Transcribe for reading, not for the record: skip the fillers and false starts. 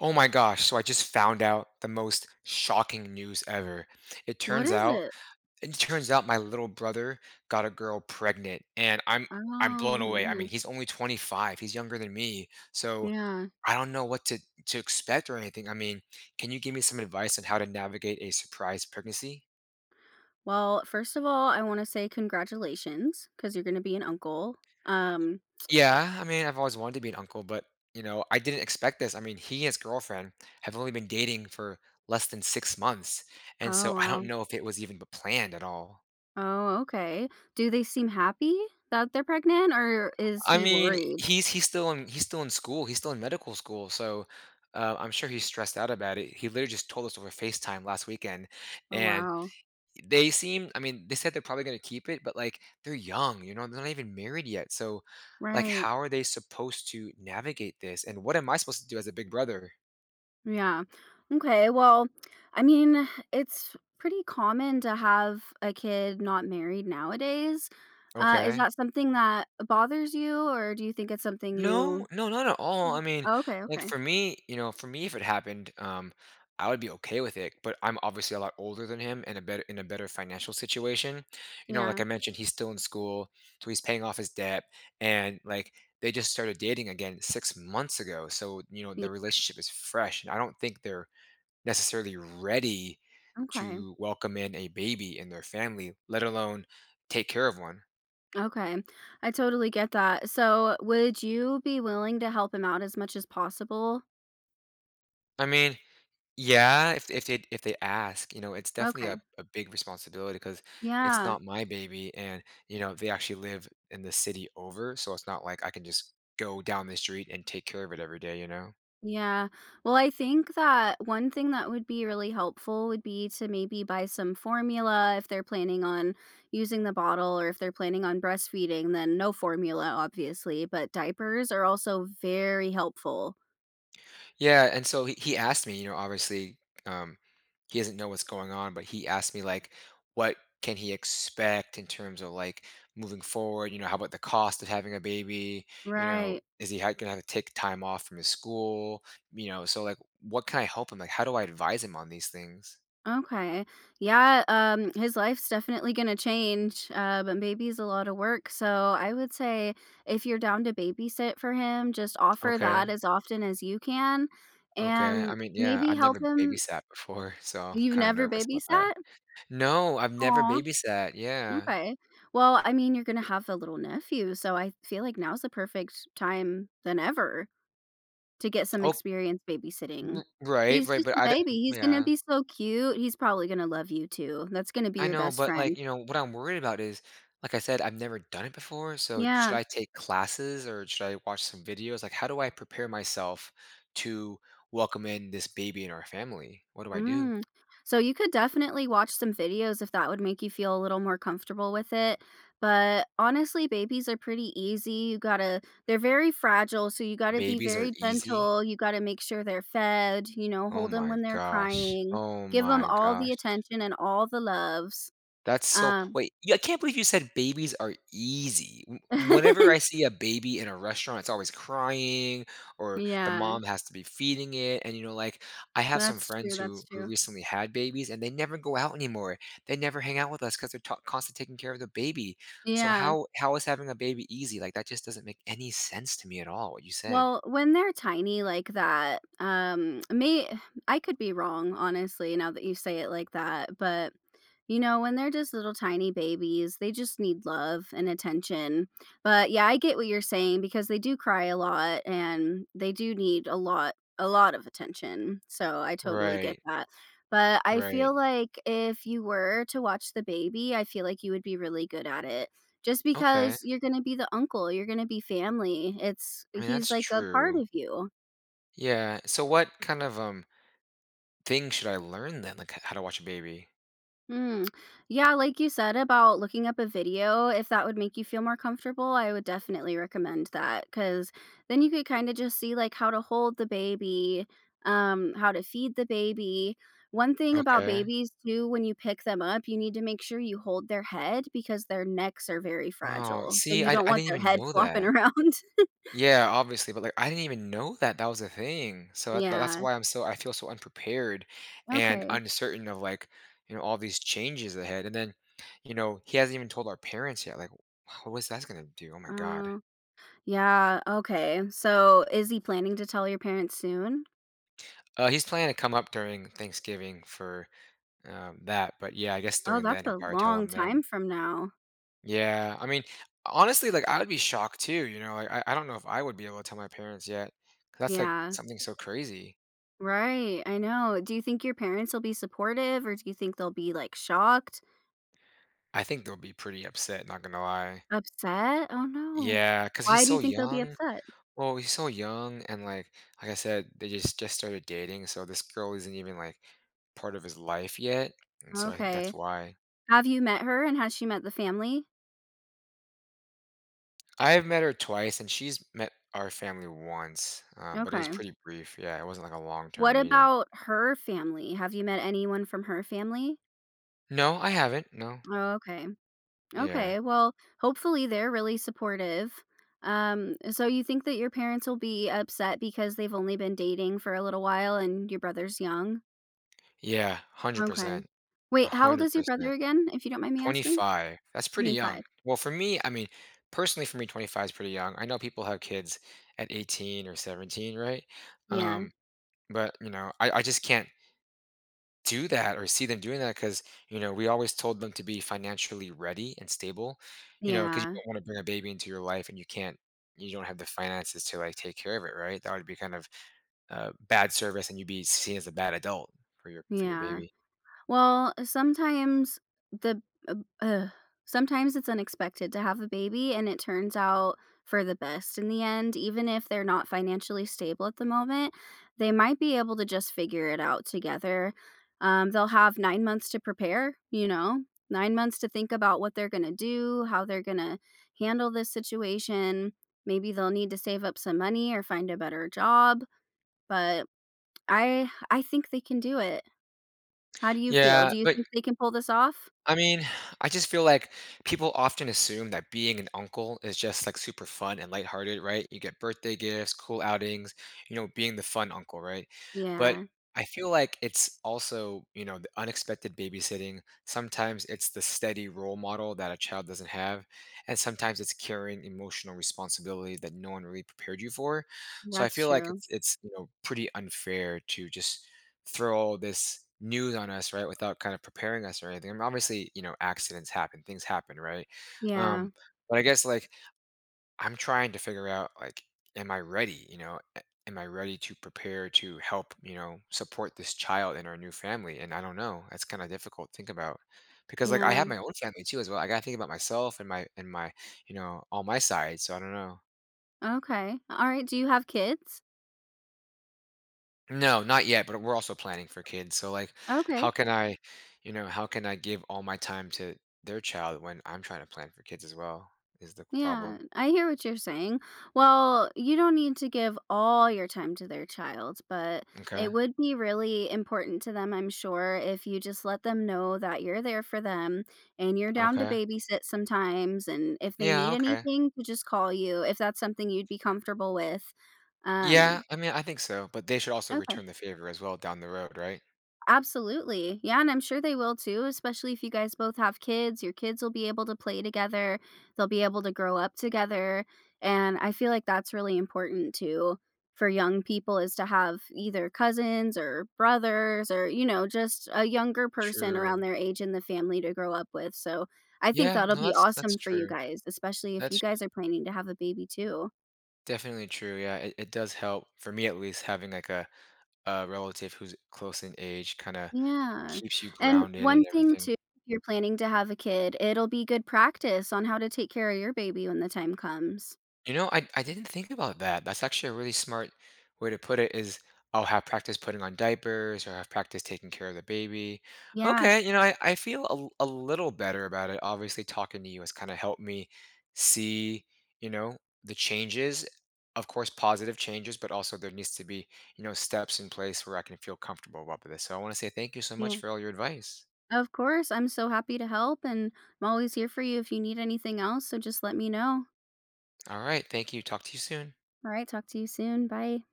Oh my gosh, so I just found out the most shocking news ever. It What turns is out it? it turns out my little brother got a girl pregnant, and I'm Oh I'm blown my away. I mean, goodness. he's only 25. He's younger than me. So, Yeah. I don't know what to expect or anything. I mean, can you give me some advice on how to navigate a surprise pregnancy? Well, first of all, I wanna say congratulations because you're gonna be an uncle. Um Yeah, I mean, I've always wanted to be an uncle, but you know, I didn't expect this. I mean, he and his girlfriend have only been dating for less than 6 months, and Oh, so I don't wow. know if it was even planned at all. Oh, okay. Do they seem happy that they're pregnant, or is I he mean, worried? He's still in school. He's still in medical school, so I'm sure he's stressed out about it. He literally just told us over FaceTime last weekend, Oh, and wow. they seem. I mean, they said they're probably going to keep it, but like they're young, you know, they're not even married yet. So, like, Right. how are they supposed to navigate this? And what am I supposed to do as a big brother? Yeah. Okay, well, I mean, it's pretty common to have a kid not married nowadays. Is Okay. that something that bothers you, or do you think it's something No, you no, not at all. I mean, Oh, okay, okay. For me, if it happened, I would be okay with it. But I'm obviously a lot older than him and a better financial situation. You know, like Yeah. I mentioned, he's still in school, so he's paying off his debt, and like they just started dating again 6 months ago. So you know, the relationship is fresh, and I don't think they're necessarily ready Okay. to welcome in a baby in their family, let alone take care of one. Okay. I totally get that. So, would you be willing to help him out as much as possible? I mean, yeah, if they ask, you know, it's definitely Okay. a big responsibility because it's Yeah. not my baby, and you know, they actually live in the city over, so it's not like I can just go down the street and take care of it every day, you know? Yeah. Well, I think that one thing that would be really helpful would be to maybe buy some formula if they're planning on using the bottle or if they're planning on breastfeeding, then no formula, obviously, but diapers are also very helpful. Yeah, and so he asked me, you know, obviously, um, he doesn't know what's going on, but he asked me, like, what can he expect in terms of, like, moving forward? You know, how about the cost of having a baby? You know, Right. is gonna have to take time off from his school? You know, so like, what can I help him? Like, how do I advise him on these things? Okay. Yeah, his life's definitely gonna change, but baby's a lot of work, so I would say if you're down to babysit for him, just offer Okay, that as often as you can, okay. I and mean, yeah, maybe I've help never him babysat before, so I'm You've kind of never nervous about that. babysat? No, I've never Aw, babysat. Yeah. okay. Well, I mean, you're gonna have a little nephew, so I feel like now's the perfect time than ever to get some Oh, experience babysitting. Right, He's right. just a baby, he's gonna Yeah. be so cute, he's probably gonna love you too, that's gonna be I your know, best but, like, friend. you know, what I'm worried about is, like I said, I've never done it before, so should Yeah. I take classes or should I watch some videos? Like, how do I prepare myself to welcome in this baby in our family? What do I do? Mm. So you could definitely watch some videos if that would make you feel a little more comfortable with it. But honestly, babies are pretty easy. You gotta, they're very fragile. So you gotta be Babies are very easy? gentle. You gotta make sure they're fed, you know, Oh hold them my when they're gosh. crying, Oh give them my all the gosh. attention and all the loves. That's so Um, wait, yeah, I can't believe you said babies are easy. W Whenever I see a baby in a restaurant, it's always crying or the yeah, mom has to be feeding it, and, you know, like, I have some that's friends true. who That's who true. recently had babies, and they never go out anymore. They never hang out with us because 'cause they're ta constantly taking care of the baby. So Yeah. How is having a baby easy? Like, that just doesn't make any sense to me at all, what you said. Well, when they're tiny like that, may I could be wrong, honestly, now that you say it like that, but you know, when they're just little tiny babies, they just need love and attention. But yeah, I get what you're saying because they do cry a lot and they do need a lot of attention. So I totally get Right, that. But I right. feel like if you were to watch the baby, I feel like you would be really good at it. Just Okay. because you're going to be the uncle, you're going to be family. It's I mean, he's that's like a part true. of you. Yeah, so what kind of, things should I learn then? Like, h how to watch a baby? Mm. Yeah, like you said about looking up a video, if that would make you feel more comfortable, I would definitely recommend that because then you could kind of just see like how to hold the baby, how to feed the baby. One thing about Okay. babies too, when you pick them up, you need to make sure you hold their head because their necks are very Oh, fragile. So see, you don't I want didn't their even head know flopping that. around. Yeah, obviously, but, like, I didn't even know that that was a thing. So that's Yeah. why I'm so I feel so unprepared and Okay. uncertain of, like, you know, all these changes ahead, and then, you know, he hasn't even told our parents yet, like, wh- what is that's gonna do? Oh my god. Oh, yeah. Okay. So is he planning to tell your parents soon? He's planning to come up during Thanksgiving for, that, but yeah, I guess Oh, during then, that's he'll a probably tell long them then. time from now. Yeah, I mean, honestly, like I would be shocked too. You know, I don't know if I would be able to tell my parents yet. 'Cause that's like Yeah. something so crazy. Right, I know. Do you think your parents will be supportive, or do you think they'll be, like, shocked? I think they'll be pretty upset. Not gonna lie. Upset? Oh, no. Yeah, because he's Why do so you think they'll be young. upset? Well, he's so young, and like I said, they just started dating, so this girl isn't even like part of his life yet, and so I think that's Okay. why. Have you met her, and has she met the family? I've met her twice, and she's met our family once, but it was Okay. pretty brief. Yeah, it wasn't like a long What term meeting. about her family? Have you met anyone from her family? No, I haven't. No. Oh, okay. Yeah. Okay, well, hopefully they're really supportive. So you think that your parents will be upset because they've only been dating for a little while and your brother's young? Yeah, Okay. 100%, Wait, how old is your brother 100%. again, if you don't mind me asking? 25, that's pretty 25. young. Well, for me, I mean, personally for me, 25 is pretty young. I know people have kids at 18 or 17, right? Yeah. Um, but, you know, I just can't do that or see them doing that because, you know, we always told them to be financially ready and stable, you know, because you Yeah. don't want to bring a baby into your life and you can't, you don't have the finances to like take care of it, right? That would be kind of bad service, and you'd be seen as a bad adult for your Yeah. baby. Well, sometimes the uh, ugh, sometimes it's unexpected to have a baby and it turns out for the best in the end, even if they're not financially stable at the moment, they might be able to just figure it out together. They'll have 9 months to prepare, you know, 9 months to think about what they're going to do, how they're going to handle this situation. Maybe they'll need to save up some money or find a better job, but I think they can do it. How do you feel? Yeah, Do you but think they can pull this off? I mean, I just feel like people often assume that being an uncle is just like super fun and lighthearted, right? You get birthday gifts, cool outings, you know, being the fun uncle, right? But Yeah, I feel like it's also, you know, the unexpected babysitting. Sometimes it's the steady role model that a child doesn't have. And sometimes it's carrying emotional responsibility that no one really prepared you for. So I that's feel like true. It's, you know, pretty unfair to just throw all this news on us, right, without kind of preparing us or anything. I mean, obviously, you know, accidents happen, things happen, right? Yeah, Um, but I guess like I'm trying to figure out like, am I ready? You know, am I ready to prepare to help? You know, support this child in our new family? And I don't know. That's kind of difficult to think about because like I have yeah. my own family too as well. I got to think about myself and my you know all my sides. So I don't know. Okay. Alright, do you have kids? No, not yet, but we're also planning for kids. So like Okay. how can I, you know, how can I give all my time to their child when I'm trying to plan for kids as well is the Yeah, problem. I hear what you're saying. Well, you don't need to give all your time to their child, but Okay. it would be really important to them, I'm sure, if you just let them know that you're there for them and you're down to Okay. babysit sometimes, and if they Yeah, need okay. anything to just call you, if that's something you'd be comfortable with. Yeah, Um, I mean, I think so, but they should also okay. return the favor as well down the road, right? Absolutely. Yeah, and I'm sure they will too, especially if you guys both have kids. Your kids will be able to play together. They'll be able to grow up together, and I feel like that's really important too for young people is to have either cousins or brothers or, you know, just a younger person around True. their age in the family to grow up with. So, I think Yeah, that'll no, be that's awesome for you true. guys, especially if you That's guys are planning to have a baby too. definitely true. Yeah, it does help for me at least having like a relative who's close in age kind of Yeah, keeps you and grounded and one thing everything. too, if you're planning to have a kid, it'll be good practice on how to take care of your baby when the time comes. You know, I didn't think about that. That's actually a really smart way to put it is I'll have practice putting on diapers or have practice taking care of the baby. Yeah, Okay, you know, I feel a, a little better about it. Obviously, talking to you has kind of helped me see, you know, the changes. Of course, positive changes, but also there needs to be, you know, steps in place where I can feel comfortable about this. So I want to say thank you so much yeah. for all your advice. Of course, I'm so happy to help, and I'm always here for you if you need anything else, so just let me know. All right, thank you. Talk to you soon. Alright, talk to you soon, bye.